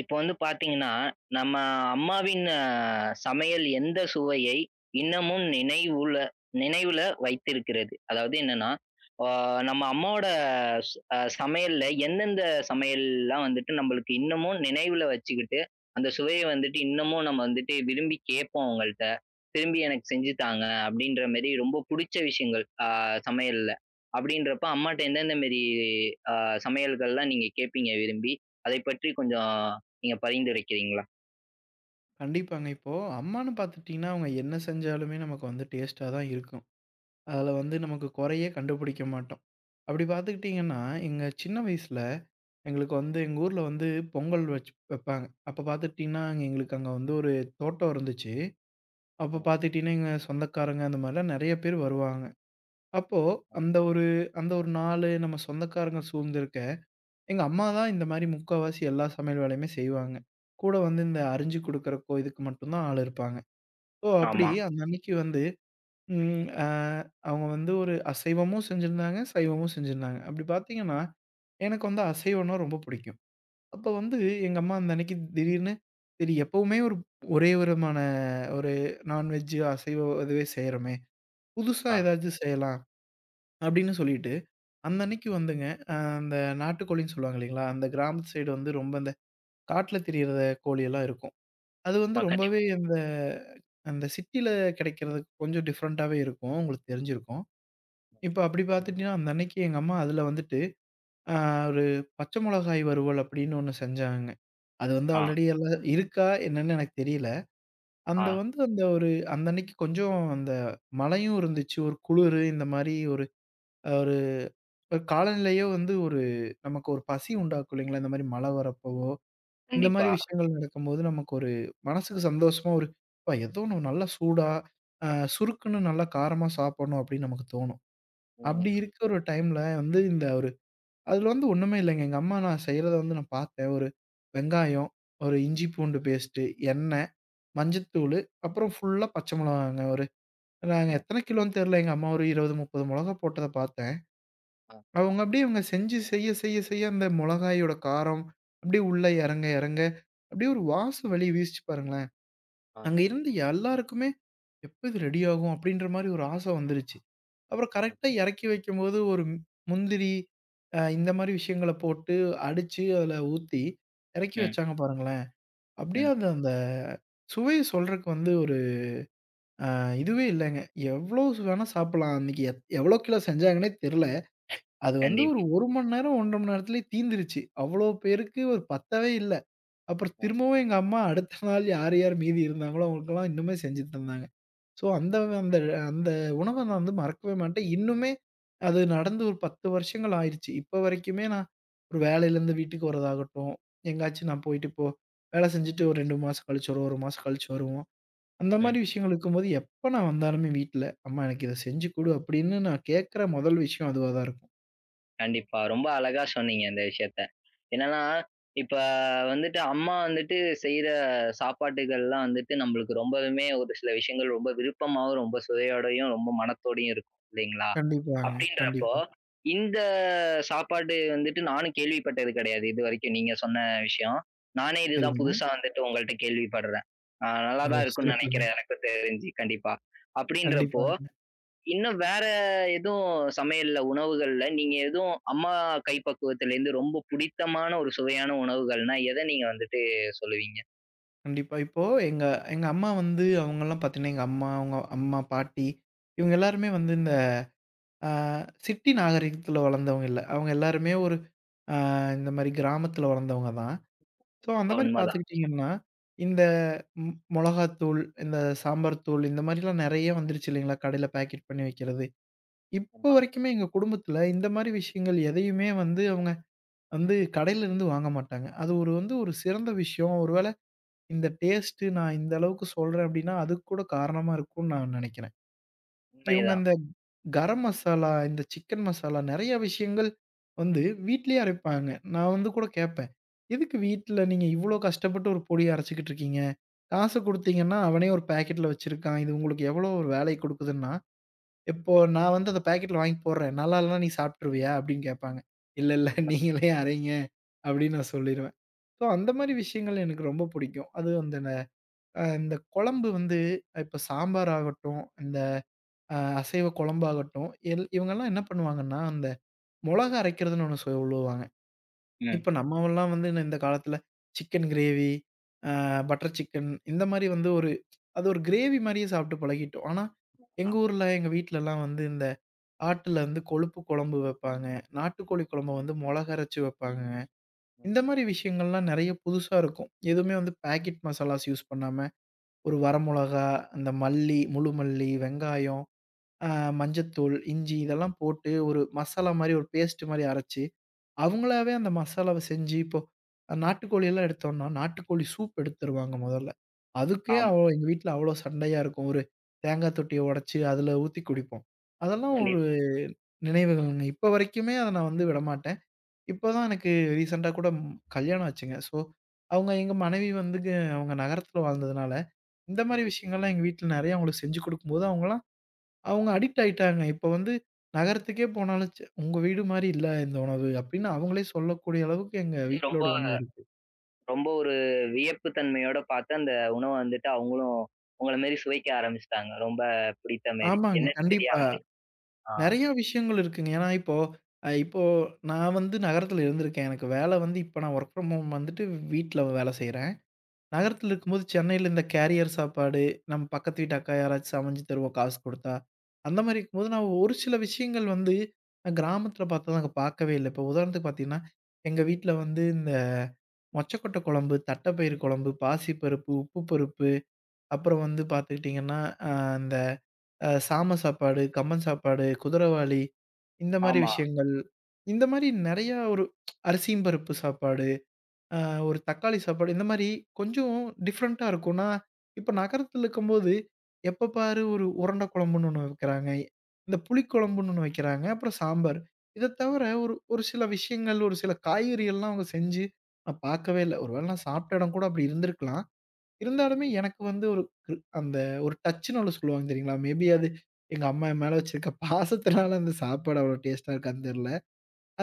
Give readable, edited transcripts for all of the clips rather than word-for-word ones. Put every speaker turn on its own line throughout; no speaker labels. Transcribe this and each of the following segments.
இப்போ வந்து பார்த்தீங்கன்னா, நம்ம அம்மாவின் சமையல் எந்த சுவையை இன்னமும் நினைவுல நினைவுல வைத்திருக்கிறது? அதாவது என்னன்னா, ஆ நம்ம அம்மாவோட ஸ் அ சமையல்ல எந்தெந்த சமையல்லாம் வந்துட்டு நம்மளுக்கு இன்னமும் நினைவுல வச்சுக்கிட்டு, அந்த சுவைய வந்துட்டு இன்னமும் நம்ம வந்துட்டு விரும்பி கேட்போம் அவங்கள்ட்ட. திரும்பி எனக்கு செஞ்சு தாங்க அப்படின்ற மாரி ரொம்ப புடிச்ச விஷயங்கள் சமையல்ல. அப்படின்றப்ப அம்மாட்ட எந்தெந்த மாரி அ சமையல்கள்லாம் நீங்க கேட்பீங்க விரும்பி? அதை பற்றி கொஞ்சம் நீங்க பரிந்துரைக்கிறீங்களா?
கண்டிப்பாங்க. இப்போ அம்மான்னு பார்த்துட்டீங்கன்னா, அவங்க என்ன செஞ்சாலுமே நமக்கு வந்து டேஸ்ட்டா தான் இருக்கும். அதுல வந்து நமக்கு குறையே கண்டுபிடிக்க மாட்டோம். அப்படி பார்த்துக்கிட்டீங்கன்னா, எங்க சின்ன வயசுல எங்களுக்கு வந்து எங்க ஊர்ல வந்து பொங்கல் வச்சு வைப்பாங்க. அப்ப பார்த்துக்கிட்டீங்கன்னா, எங்களுக்கு அங்க வந்து ஒரு தோட்டம் இருந்துச்சு. அப்ப
ம்.
பார்த்துக்கிட்டீங்கன்னா, எங்க சொந்தக்காரங்க அந்த மாரிலாம் நெறைய பேர் வருவாங்க. அப்போ அந்த ஒரு அந்த ஒரு நாளு நம்ம சொந்தக்காரங்க சூழ்ந்திருக்க, எங்க அம்மா தான் இந்த மாரி முக்காவாசி எல்லா சமையல் வேலையுமே செய்வாங்க. கூட வந்து இந்த அரிஞ்சு குடுக்குறக்கோ இதுக்கு மட்டும் தான் ஆள் இருப்பாங்க. ஓ! அப்படி
ஆமா.
அந்த அன்னைக்கு வந்து, ம் அ அவங்க வந்து ஒரு அசைவமும் செஞ்சிருந்தாங்க, சைவமும் செஞ்சிருந்தாங்க. அப்படி பார்த்தீங்கன்னா, எனக்கு வந்து அசைவம்னா ரொம்ப புடிக்கும். அப்ப வந்து எங்க அம்மா அந்த அன்னைக்கு திடீர்னு, சரி எப்பவுமே ஒரு ஒரே விதமான ஒரு நான்வெஜ், அசைவ இதுவே செய்றோமே, புதுசா
ஆமா. ம். ஆ.
ஏதாச்சும் செய்யலாம் அப்படின்னு சொல்லிட்டு, அந்த அன்னைக்கு வந்துங்க அந்த நாட்டுக்கோழின்னு சொல்லுவாங்க இல்லைங்களா? அந்த கிராமத்து சைடு வந்து ரொம்ப இந்த காட்டுல திரியற கோழியெல்லாம் இருக்கும். அது வந்து
ஆமா.
ரொம்பவே
கண்டிப்பா.
அந்த அந்த சிட்டில கிடைக்கிறது கொஞ்சம் டிஃபரெண்ட்டாவே இருக்கும். உங்களுக்கு தெரிஞ்சிருக்கும். இப்ப அப்படி பார்த்துட்டீங்கன்னா, அந்த அன்னைக்கு எங்க அம்மா அதுல வந்துட்டு, அ ஒரு பச்சை மிளகாய் வறுவல் அப்படின்னு ஒண்ணு செஞ்சாங்க. அது வந்து
ஆ,
ஆல்ரெடி எல்லாம் இருக்கா என்னன்னு எனக்கு தெரியல. அந்த
ஆ.
வந்து அந்த ஒரு அந்த அன்னைக்கு கொஞ்சம் அந்த மழையும் இருந்துச்சு. ஒரு குளிரு இந்த மாரி ஒரு ஒரு காலநிலையே வந்து ஒரு நமக்கு ஒரு பசி உண்டாக்கும் இல்லைங்களா? இந்த மாரி மழை வரப்பவோ இந்த மாரி
கண்டிப்பா.
விஷயங்கள் நடக்கும்போது நமக்கு ஒரு மனசுக்கு சந்தோஷமா ஒரு, "அப்பா ஏதோ ஒண்ணு நல்லா சூடா, அ சுருக்குன்னு நல்லா காரமா சாப்பிடணும்." அப்படின்னு நமக்கு தோணும். அப்படி
உண்மைதான்.
இருக்கிற ஒரு டைம்ல வந்து இந்த ஒரு அதில வந்து ஒண்ணுமே இல்லைங்க. எங்க அம்மா நான் செய்றத வந்து நான் பார்த்தேன். ஒரு வெங்காயம், ஒரு இஞ்சி பூண்டு பேஸ்ட்டு, எண்ணெய், மஞ்சத்தூளு, அப்புறம் ஃபுல்லா பச்சை மொளகாங்க. ஒரு நாங்க
ம்.
எத்தன கிலோன்னு தெரியல. எங்க அம்மா ஒரு 20, 30 மொளகா போட்டத பார்த்தேன்.
ஆ,
அவங்க அப்படியே இவங்க செஞ்சு செய்ய செய்ய செய்ய அந்த மொளகாயோட காரம் அப்படியே உள்ள இறங்க இறங்க, அப்படியே ஒரு வாசம் வெளிய வீசுச்சு பாருங்களேன்.
ஆ,
அங்க இருந்த எல்லாருக்குமே எப்ப இது ரெடி ஆகும் அப்படின்ற மாரி ஒரு ஆசை வந்துருச்சு. அப்புறம்
ஆ.
கரெக்ட்டா இறக்கி வைக்கும்போது ஒரு முந்திரி, இந்த மாரி விஷயங்கள போட்டு அடிச்சு அதுல ஊத்தி இறக்கி
ம்,
வச்சாங்க பாருங்களேன். அப்படியே
ம்.
அந்த அந்த சுவைய சொல்றக்கு வந்து ஒரு அ இதுவே இல்லங்க. எவ்வளோ வேணா சாப்பிடலாம். அன்னைக்கு எவ்வளோ கிலோ செஞ்சாங்கன்னே தெரியல. அது வந்து ஒரு
கண்டிப்பா.
1 மணி நேரம், 1 1/2 மணி நேரத்திலேயே தீந்துருச்சு. அவ்வளோ பேருக்கு ஒரு பத்தவே இல்ல. அப்புறம்
ம்,
திரும்பவும் எங்க அம்மா அடுத்த நாள் யார், யார் மீதி இருந்தாங்களோ அவங்களுக்கெல்லாம் இன்னுமே செஞ்சு தந்தாங்க. ஸோ அந்த அந்த அந்த உணவ நான் வந்து மறக்கவே மாட்டேன். இன்னுமே அது நடந்து ஒரு 10 வருஷங்கள் ஆயிருச்சு. இப்போ வரைக்குமே நான் ஒரு வேலையிலேருந்து வீட்டுக்கு வரதாகட்டும், எங்கேயாச்சும் நான் போயிட்டு இப்போ வேலை செஞ்சுட்டு ஒரு 2 மாசம் கழிச்சு வருவோம், 1 மாசம் கழிச்சு வருவோம். அந்த மாரி
ம்.
விஷயங்கள் இருக்கும்போது எப்ப நான் வந்தாலுமே வீட்ல, "அம்மா எனக்கு இத செஞ்சு குடு" அப்படின்னு நான் கேட்கிற முதல் விஷயம் அதுவா தான் இருக்கும்.
கண்டிப்பா. ரொம்ப அழகா சொன்னீங்க இந்த விஷயத்த. என்னன்னா, இப்ப வந்துட்டு அம்மா வந்துட்டு செய்ற சாப்பாட்டுகள்லாம் வந்துட்டு நம்மளுக்கு ரொம்பவுமே ஒரு சில விஷயங்கள் ரொம்ப விருப்பமாவும், ரொம்ப சுவையோடையும், ரொம்ப மனத்தோடயும் இருக்கும் இல்லைங்களா?
கண்டிப்பாங்க.
அப்படின்றப்போ,
கண்டிப்பா.
இந்த சாப்பாடு வந்துட்டு நானும் கேள்விப்பட்டது கிடையாது இதுவரைக்கும் நீங்க சொன்ன விஷயம். நானே இதுதான்
சரிங்க.
புதுசா வந்துட்டு உங்கள்ட்ட கேள்விப்படுறேன்.
ஓ!
நல்லாதான் இருக்கும்னு
சிறப்புங்க.
நினைக்கிறேன் எனக்கும் தெரிஞ்சு கண்டிப்பா. அப்படின்றப்போ
கண்டிப்பாங்க.
இன்னும் வேற எதுவும் சமையல்ல, உணவுகள்ல நீங்க எதுவும் அம்மா கைப்பக்குவத்திலேருந்து ரொம்ப புடித்தமான ஒரு சுவையான உணவுகள்னா, எத நீங்க வந்துட்டு சொல்லுவீங்க?
கண்டிப்பா. இப்போ எங்க எங்க அம்மா வந்து அவங்கலாம் பார்த்தீங்கன்னா, எங்க அம்மா, அவங்க அம்மா, பாட்டி இவங்க எல்லாருமே வந்து இந்த அ சிட்டி நாகரிகத்தில வளர்ந்தவங்க இல்ல. அவங்க எல்லாருமே ஒரு அ இந்த மாரி கிராமத்தில வளர்ந்தவங்க தான். ஸோ, அந்த
கண்டிப்பா
மாரி
உண்மதான்.
பார்த்துக்கிட்டீங்கன்னா, இந்த மொளகாத்தூள், இந்த சாம்பார் தூள் இந்த மாரிலாம் நெறைய வந்துருச்சு இல்லைங்களா? கடையில பேக்கெட் பண்ணி வைக்கிறது. இப்போ
ஆமா.
வரைக்குமே எங்க குடும்பத்தில இந்த மாரி விஷயங்கள் எதையுமே வந்து அவங்க வந்து கடையில இருந்து வாங்க மாட்டாங்க. அது ஒரு வந்து ஒரு சிறந்த விஷயம். ஒருவேள இந்த டேஸ்ட்டு நான் இந்த அளவுக்கு சொல்றேன் அப்டின்னா, அதுக்கு கூட காரணமா இருக்கும்னு நான் நெனைக்கிறேன். இவங்க
உண்மைதான்.
அந்த கரம் மசாலா, இந்த சிக்கன் மசாலா நெறைய விஷயங்கள் வந்து வீட்லயே அரைப்பாங்க. நான் வந்து கூட கேட்பேன். எதுக்கு வீட்ல நீங்க இவ்ளோ கஷ்டப்பட்டு ஒரு பொடிய அரைச்சுக்கிட்டு இருக்கீங்க? காசு
ம்.
குடுத்தீங்கன்னா, அவனே ஒரு பாக்கெட்ல வச்சிருக்கான். இது உங்களுக்கு எவ்வளோ ஒரு வேலை குடுக்குதுன்னா, இப்போ நான் வந்து அந்த பாக்கெட்ல வாங்கி போடுறேன். நல்லா இல்லன்னா நீ சாப்ட்டுருவியா? அப்படின்னு கேட்பாங்க. இல்ல, இல்ல
உண்ம.
நீங்களே அறைங்க அப்படின்னு நான் சொல்லிருவேன். ஸோ அந்த மாரி விஷயங்கள் எனக்கு ரொம்ப பிடிக்கும். அதுவும் அந்த ந அ இந்த குழம்பு வந்து இப்ப சாம்பார் ஆகட்டும், இந்த அ அசைவ குழம்பாகட்டும், இவங்கலாம் என்ன பண்ணுவாங்கன்னா, அந்த மொளகா அரைக்கிறதுன்னு ஒண்ணு சொல்லுவாங்க.
ம்.
இப்ப நம்மவெல்லாம் வந்து இந்த காலத்துல சிக்கன் கிரேவி, அ பட்டர் சிக்கன் இந்த மாரி வந்து ஒரு அது ஒரு கிரேவி மாரியே சாப்ட்டு பழகிட்டோம். ஆனா
ஆ
எங்க ஊர்ல, எங்க வீட்லலாம் வந்து இந்த ஆட்டுல இருந்து கொழுப்பு குழம்பு வைப்பாங்க. நாட்டுக்கோழி குழம்ப வந்து மொளகு அரைச்சு வைப்பாங்க. இந்த மாரி விஷயங்கள்லாம் நெறைய புதுசா இருக்கும். எதுவுமே வந்து பாக்கெட் மசாலாஸ் யூஸ் பண்ணாம, ஒரு வரமொளகா, இந்த மல்லி, முழு மல்லி, வெங்காயம், அ மஞ்சத்தூள், இஞ்சி இதெல்லாம் போட்டு ஒரு மசாலா மாரி ஒரு பேஸ்ட் மாரி அரைச்சு அவங்களாவே அந்த மசாலாவ செஞ்சு இப்போ நாட்டுக்கோழி எல்லாம் எடுத்தோம்னா, நாட்டுக்கோழி சூப் எடுத்து தருவாங்க முதல்ல. அதுக்கே
ஆமா.
அவ எங்க வீட்ல அவ்ளோ சண்டையா இருக்கும். ஒரு தேங்காய் தொட்டிய உடைச்சு அதில ஊத்தி குடிப்போம். அதெல்லாம் ஒரு
கண்டிப்பா.
நினைவுகள்ங்க. இப்ப வரைக்குமே அத நான் வந்து விடமாட்டேன். இப்போ தான் எனக்கு ரீசென்ட்டா கூட கல்யாணம் ஆச்சுங்க. ஸோ அவங்க எங்க மனைவி வந்துங்க அவங்க நகரத்தில வாழ்ந்ததுனால, இந்த மாரி விஷயங்கள்லாம் எங்க வீட்ல நெறைய அவங்களுக்கு செஞ்சு குடுக்கும்போது அவங்கலாம் அவங்க அடிக்ட் ஆயிட்டாங்க. இப்ப வந்து நகரத்துக்கே போனாலும், "ச்சே உங்க வீடு மாரி இல்ல இந்த உணவு" அப்படின்னு அவங்களே சொல்லக்கூடிய அளவுக்கு எங்க
அது ரொம்ப
வீட்லோட உணவு இருக்கு.
ரொம்ப ஒரு வியப்பு தன்மையோட பாத்து அந்த உணவ வந்துட்டு அவங்களும் உங்கள மாரி சுவைக்க ஆரம்பிச்சுட்டாங்க. ரொம்ப பிடித்த மாரி.
ஆமாங்க.
என்னன்னு
கண்டிப்பா.
தெரியாமலே. ஆ.
நெறைய விஷயங்கள் இருக்குங்க. ஏன்னா இப்போ அ இப்போ நான் வந்து நகரத்துல இருந்திருக்கேன். எனக்கு வேலை வந்து இப்ப நான் வொர்க் ஃப்ரம் ஹோம் வந்துட்டு வீட்ல வேலை செய்றேன். நகரத்துல இருக்கும்போது சென்னையில இந்த கேரியர் சாப்பாடு, நம்ம பக்கத்து வீட்டு அக்கா யாராச்சும் சமைஞ்சு தருவா காசு குடுத்தா. அந்த மாரி இருக்கும்போது நான் ஒரு சில விஷயங்கள் வந்து நான் கிராமத்துல பார்த்தா நாங்க பார்க்கவே இல்ல. இப்போ உதாரணத்துக்கு பார்த்தீங்கன்னா, எங்க வீட்ல வந்து மொச்சக்கொட்டை குழம்பு, தட்டைப்பயிறு குழம்பு, பாசிப்பருப்பு, உப்பு பருப்பு, அப்புறம் வந்து பார்த்துக்கிட்டிங்கன்னா, அ இந்த அ சாம சாப்பாடு, கம்பன் சாப்பாடு, குதிரைவாலி இந்த மாரி
ஆமா.
விஷயங்கள். இந்த மாரி நெறையா ஒரு அரிசியும் பருப்பு சாப்பாடு. அ ஒரு தக்காளி சாப்பாடு இந்த மாரி கொஞ்சம் டிஃப்ரெண்ட்டா இருக்கும். நான் இப்ப நகரத்துல இருக்கும்போது, எப்ப பாரு ஒரு உருண்ட குழம்புன்னு ஒண்ணு வைக்கிறாங்க. இந்த புளிக்குழம்புன்னு ஒண்ணு வைக்கிறாங்க. அப்புறம் சாம்பார். இத தவிர ஒரு ஒரு சில விஷயங்கள், ஒரு சில காய்கறிகள்லாம் அவங்க செஞ்சு நான் பார்க்கவே இல்ல. ஒருவேள நான் சாப்பிட்ட இடம் கூட அப்படி இருந்திருக்கலாம். இருந்தாலுமே எனக்கு வந்து ஒரு அந்த ஒரு டச்சுன்னு ஒண்ணு சொல்லுவாங்க தெரியுங்களா? மேபி அது எங்க அம்மா என் மேல வச்சிருக்க பாசத்தினால அந்த சாப்பாடு அவ்வளோ டேஸ்ட்டா இருக்கான்னு தெரியல.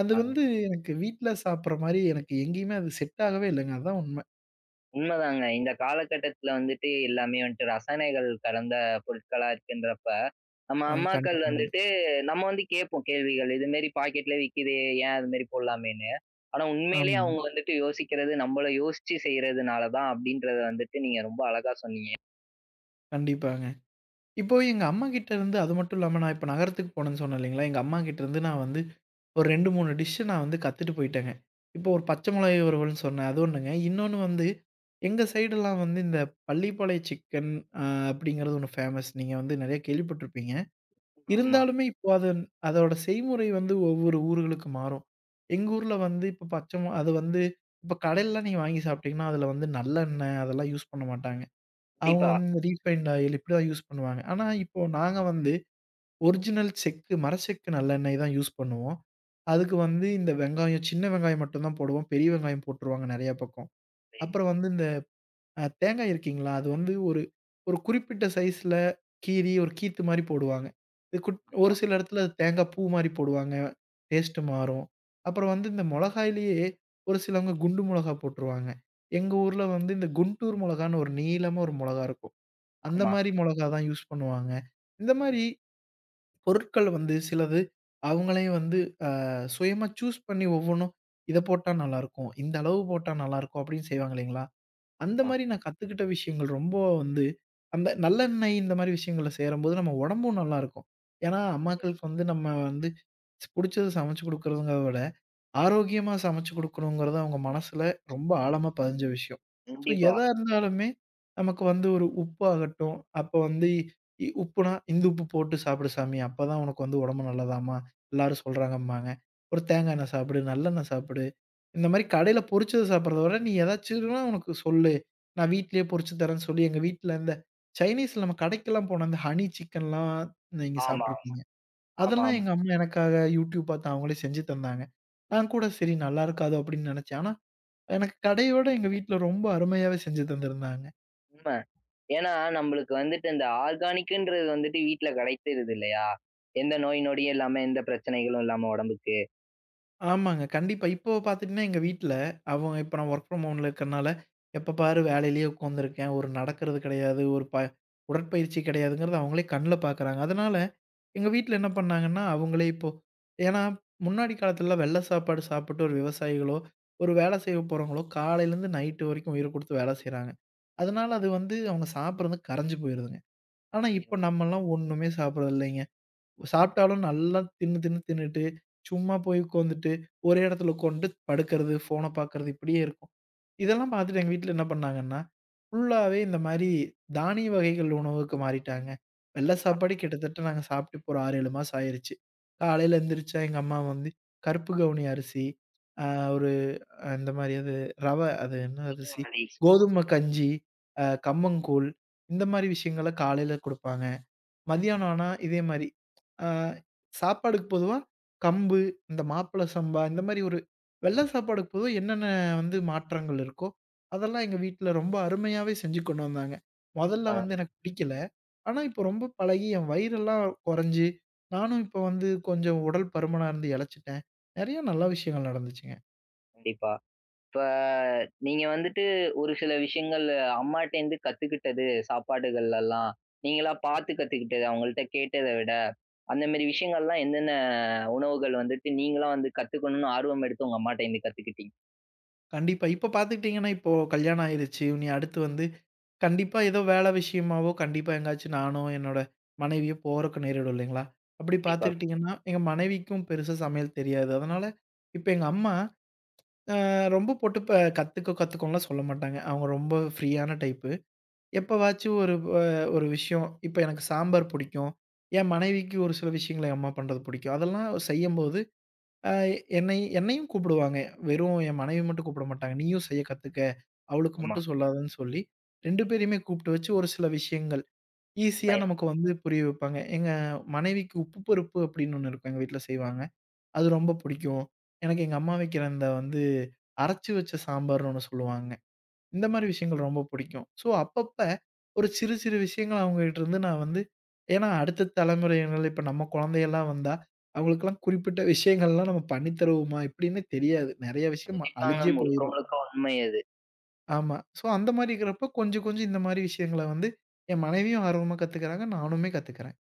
அது
ஆ.
வந்து எனக்கு வீட்ல சாப்பிடுற மாரி எனக்கு எங்கேயுமே அது செட் ஆகவே இல்லங்க. அதான் உண்ம.
உண்மதாங்க. இந்த காலகட்டத்தில வந்துட்டு எல்லாமே வந்துட்டு ரசாயனங்கள் கலந்த பொருட்களா இருக்குன்றப்ப நம்ம
ஆ
அம்மாக்கள்
கண்டிப்பாங்க.
வந்துட்டு நம்ம வந்து கேட்போம் கேள்விகள். இது மாரி பாக்கெட்ல விக்குதே, ஏன் அது மாரி போடலாமேன்னு. ஆனா உண்மையிலேயே
ஆமாங்க.
அவங்க வந்துட்டு யோசிக்கிறது, நம்மள யோசிச்சு செய்றதுனால தான் அப்படின்றத வந்துட்டு நீங்க ரொம்ப அழகா சொன்னீங்க.
கண்டிப்பாங்க. இப்போ எங்க அம்மாகிட்ட இருந்து அது மட்டும் இல்லாம நான் இப்ப நகரத்துக்கு போனேன்னு சொன்னேன் இல்லைங்களா? எங்க அம்மாகிட்ட இருந்து நான் வந்து ஒரு 2, 3 டிஷ் நான் வந்து கத்துட்டு போயிட்டேங்க. இப்போ ஒரு பச்சை மிளகாய் வறுவல்ன்னு சொன்னேன். அது ஒண்ணுங்க. இன்னொன்னு வந்து எங்க சைடெல்லாம் வந்து இந்த பள்ளிப்பாளைய சிக்கன் அ அப்படிங்கிறது ஒண்ணு ஃபேமஸ். நீங்க வந்து நெறைய கேள்விப்பட்டுருப்பீங்க.
ஆமா.
இருந்தாலுமே இப்போ அது அதோட செய்முறை வந்து ஒவ்வொரு ஊர்களுக்கு மாறும். எங்க ஊர்ல வந்து இப்ப பச்சமா அது வந்து இப்ப கடையிலலாம் நீங்க வாங்கி சாப்பிட்டீங்கன்னா, அதுல வந்து நல்லெண்ணெய் அதெல்லாம் யூஸ் பண்ண மாட்டாங்க. அவங்க
கண்டிப்பா.
வந்து இந்த ரீஃபைண்ட் ஆயில் இப்படி தான் யூஸ் பண்ணுவாங்க. ஆனா இப்போ நாங்க வந்து ஒரிஜினல் செக்கு மரச்செக்கு நல்லெண்ணெய் தான் யூஸ் பண்ணுவோம். அதுக்கு வந்து இந்த வெங்காயம் சின்ன வெங்காயம் மட்டும் தான் போடுவோம். பெரிய வெங்காயம் போட்டுருவாங்க நெறைய பக்கம். அப்புறம் வந்து இந்த தேங்காய் இருக்குங்களா, அது வந்து ஒரு ஒரு குறிப்பிட்ட சைஸ்ல கீறி ஒரு கீத்து மாரி போடுவாங்க. இது குட் ஒரு
ஆமா.
சில இடத்துல அது தேங்காய் பூ மாரி போடுவாங்க. டேஸ்ட்டு மாறும். அப்புறம் வந்து இந்த மொளகாயிலேயே ஒரு சிலவங்க குண்டு மொளகா போட்டுருவாங்க. எங்க
ம்.
ஊர்ல வந்து இந்த குண்டூர் மொளகான்னு ஒரு நீளமா ஒரு மொளகா இருக்கும். அந்த
ஆமா.
மாரி மொளகா தான் யூஸ் பண்ணுவாங்க. இந்த மாரி
ம்.
பொருட்கள் வந்து சிலது அவங்களே வந்து அ சுயமா சூஸ் பண்ணி ஒவ்வொன்னும் இத போட்டா நல்லாருக்கும். இந்த அளவு போட்டா நல்லாருக்கும் அப்படின்னு செய்வாங்க இல்லைங்களா? அந்த
ஆமா.
மாரி நான் கத்துக்கிட்ட விஷயங்கள் ரொம்ப வந்து, அந்த நல்லெண்ணெய் இந்த மாரி விஷயங்கள்ல சேரும்போது நம்ம உடம்பும் நல்லாருக்கும். ஏன்னா,
ம்.
அம்மாக்களுக்கு வந்து நம்ம வந்து புடிச்சத சமைச்சு குடுக்குறதுங்க ஆரோக்கியமா சமைச்சு குடுக்கணுங்கிறது அவங்க மனசுல ரொம்ப ஆழமா பதிஞ்ச விஷயம். ஸோ,
கண்டிப்பா.
எதா இருந்தாலுமே நமக்கு வந்து ஒரு உப்பு ஆகட்டும், அப்ப வந்து உப்புனா, "இந்த உப்பு போட்டு சாப்பிடு சாமி. அப்பதான் உனக்கு வந்து உடம்பு நல்லதாம்மா. எல்லாரும் சொல்றாங்கம்பாங்க." ஒரு தேங்காய் எண்ணெய் சாப்பிடு, நல்லெண்ணெய் சாப்பிடு. இந்த மாரி கடையில பொரிச்சது சாப்பிடுறத விட, "நீ ஏதாச்சும்னா உனக்கு சொல்லு. நான் வீட்லயே பொரிச்சு தரேன்னு" சொல்லி எங்க வீட்ல இந்த சைனீஸ்ல நம்ம கடைக்கெல்லாம் போனா, இந்த ஹனி சிக்கன்லாம் நீங்க
ஆமா.
சாப்ட்டுருப்பீங்க.
ஆமா,
அதெல்லாம்
ஆமா.
எங்க அம்மா எனக்காக YouTube பார்த்து அவங்களே செஞ்சு தந்தாங்க. நான் கூட சரி நல்லா இருக்காதோ அப்படின்னு நினைச்சேன். ஆனா எனக்கு கடையோட எங்க வீட்ல ரொம்ப அருமையாவே செஞ்சு தந்திருந்தாங்க.
உண்ம. ஏன்னா நம்மளுக்கு வந்துட்டு இந்த ஆர்கானிக்ன்றது வந்துட்டு வீட்ல கிடைச்சிருது இல்லையா? எந்த நோய் நொடியும் இல்லாம, எந்த பிரச்சனைகளும் இல்லாம உடம்புக்கு.
ஆமாங்க. கண்டிப்பா. இப்போ பார்த்துட்டீங்கன்னா எங்க வீட்ல அவங்க இப்ப நான் வொர்க் ஃப்ரம் ஹோம்ல இருக்கறனால, எப்ப பாரு வேலையிலேயே உட்காந்துருக்கேன். ஒரு நடக்கிறது கிடையாது. ஒரு ப உடற்பயிற்சி கிடையாதுங்கிறது அவங்களே கண்ல பார்க்குறாங்க. அதனால எங்க வீட்ல என்ன பண்ணாங்கன்னா, அவங்களே இப்போ ஏன்னா முன்னாடி காலத்துலலாம் வெள்ள சாப்பாடு சாப்பிட்டு ஒரு விவசாயிகளோ, ஒரு வேலை செய்ய போறவங்களோ காலையிலேருந்து நைட்டு வரைக்கும் உயிர குடுத்து வேலை செய்றாங்க. அதனால
கண்டிப்பா.
அது வந்து அவங்க சாப்பிடுறது கரைஞ்சு போயிருதுங்க. ஆனா இப்ப
உண்மைதான்.
நம்மலாம் ஒண்ணுமே சாப்பிடுறது இல்லைங்க.
ம்.
சாப்பிட்டாலும் நல்லா தின்னு தின்னு தின்னுட்டு, சும்மா போய் உட்காந்துட்டு, ஒரே இடத்துல உட்காந்துட்டு படுக்கிறது, ஃபோன பார்க்கறது இப்படியே இருக்கும். இதெல்லாம்
ம்.
பார்த்துட்டு எங்க வீட்ல என்ன பண்ணாங்கன்னா, ஃபுல்லாவே இந்த மாரி தானிய வகைகள் உணவுக்கு மாறிட்டாங்க. வெள்ள
ஆமா.
சாப்பாடு கிட்டத்தட்ட நாங்க சாப்பிட்டு இப்போ ஒரு 6, 7 மாசம் ஆயிருச்சு. காலையில எந்திரிச்சா எங்க அம்மா வந்து கருப்பு கவுனி அரிசி, அ ஒரு இந்த மாரி அது ரவ அது என்ன
புது
அரிசி?
வழி.
கோதுமை கஞ்சி, கம்மங்கூழ் இந்த மாரி விஷயங்கள காலையில குடுப்பாங்க. மதியானம் ஆனா இதே மாரி. ஆ சாப்பாடுக்கு பொதுவா கம்பு, இந்த மாப்பிள சம்பா இந்த மாரி ஒரு வெள்ள சாப்பாடுக்கு பொதுவா என்னென்ன வந்து மாற்றங்கள் இருக்கோ, அதெல்லாம் எங்க வீட்ல ரொம்ப அருமையாவே செஞ்சு கொண்டு வந்தாங்க. முதல்ல
ஆ,
வந்து எனக்கு பிடிக்கல. ஆனா இப்போ ரொம்ப பழகி என் வயிறெல்லாம் குறைஞ்சு, நானும் இப்போ வந்து கொஞ்சம் உடல் பருமனா இருந்து இளச்சிட்டேன். நெறைய நல்ல விஷயங்கள் நடந்துச்சுங்க.
கண்டிப்பா. இப்ப நீங்க வந்துட்டு ஒரு சில விஷயங்கள் அம்மாட்டேருந்து கத்துக்கிட்டது சாப்பாடுகள்லலாம், நீங்களா பார்த்து கத்துக்கிட்டது, அவங்கள்ட்ட கேட்டத விட, அந்த மாரி விஷயங்கள்லாம் என்னென்ன உணவுகள் வந்துட்டு நீங்களா வந்து கத்துக்கணும்னு ஆர்வம் எடுத்து உங்க அம்மாட்டேருந்து கத்துக்கிட்டீங்க?
கண்டிப்பா. இப்போ பார்த்துக்கிட்டீங்கன்னா, இப்போ கல்யாணம் ஆயிருச்சு. இனி அடுத்து வந்து கண்டிப்பா ஏதோ வேலை விஷயமாவோ, கண்டிப்பா எங்கேயாச்சும் நானோ, என்னோட மனைவியோ போறக்கு நேரிடும் இல்லைங்களா? அப்படி
கண்டிப்பா.
பார்த்துக்கிட்டீங்கன்னா, எங்க மனைவிக்கும் பெருசா சமையல் தெரியாது. அதனால, இப்ப எங்க அம்மா அ ரொம்ப போட்டு கத்துக்கோ கத்துக்கோன்னுலாம் சொல்ல மாட்டாங்க. அவங்க ரொம்ப ஃப்ரீயான டைப்பு. எப்பவாச்சும் ஒரு அ ஒரு விஷயம், இப்ப எனக்கு சாம்பார் பிடிக்கும். என்
ம்.
மனைவிக்கு ஒரு சில விஷயங்கள என் அம்மா பண்றது பிடிக்கும். அதெல்லாம் செய்யும்போது அ என்னை என்னையும் கூப்பிடுவாங்க. வெறும் என் மனைவிய மட்டும் கூப்பிட மாட்டாங்க. "நீயும் செய்ய கத்துக்க. அவளுக்கு
ஆமா.
மட்டும் சொல்லாதன்னு" சொல்லி 2 பேரையுமே கூப்பிட்டு வச்சு ஒரு சில விஷயங்கள் ஈஸியா
உண்மை.
நமக்கு வந்து புரிய வைப்பாங்க. எங்க மனைவிக்கு உப்பு பருப்பு அப்படின்னு ஒண்ணு இருக்கும். எங்க வீட்ல செய்வாங்க. அது ரொம்ப பிடிக்கும். எனக்கு எங்க அம்மா வைக்கிற அந்த வந்து அரைச்சு வச்ச சாம்பார்ன்னு ஒண்ணு சொல்லுவாங்க. இந்த மாரி விஷயங்கள் ரொம்ப பிடிக்கும். ஸோ, அப்பப்ப ஒரு சிறு சிறு விஷயங்கள் அவங்ககிட்ட இருந்து நான் வந்து ஏன்னா அடுத்த தலைமுறையினர் இப்ப நம்ம குழந்தையெல்லாம் வந்தா, அவங்களுக்கெல்லாம் குறிப்பிட்ட விஷயங்கள்லாம் நம்ம பண்ணி தருவோமா? இப்படின்னு தெரியாது. நெறைய விஷயம்
கண்டிப்பாங்க.
அழிஞ்சே
முழுக்க
போயிரும்.
முழுக்க உண்மை அது.
ஆமா. ஸோ, அந்த மாரி இருக்கிறப்ப கொஞ்சம் கொஞ்சம் இந்த மாரி விஷயங்கள வந்து என் மனைவியும் ஆர்வமா கத்துக்கிறாங்க. நானுமே கத்துக்கிறேன்.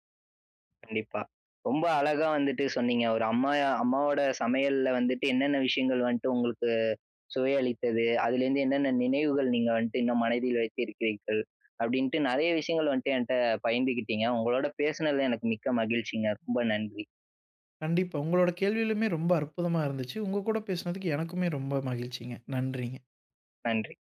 கண்டிப்பா. ரொம்ப அழகா வந்துட்டு சொன்னீங்க. ஒரு அம்மா அம்மாவோட சமையல்ல வந்துட்டு என்னென்ன விஷயங்கள் வந்துட்டு உங்களுக்கு சுவையளித்தது, அதுலேருந்து என்னென்ன நினைவுகள் நீங்க வந்துட்டு இன்னும் மனதில் வைத்திருக்கிறீர்கள்? அப்படின்ட்டு நெறைய விஷயங்கள் வந்துட்டு என்ட்ட பகிர்ந்துக்கிட்டீங்க. உங்களோட பேசுனதுல எனக்கு மிக்க மகிழ்ச்சிங்க. ரொம்ப நன்றி.
கண்டிப்பா. உங்களோட கேள்வியிலுமே ரொம்ப அற்புதமா இருந்துச்சு. உங்க கூட பேசினதுக்கு எனக்குமே ரொம்ப மகிழ்ச்சிங்க. நன்றிங்க.
நன்றி.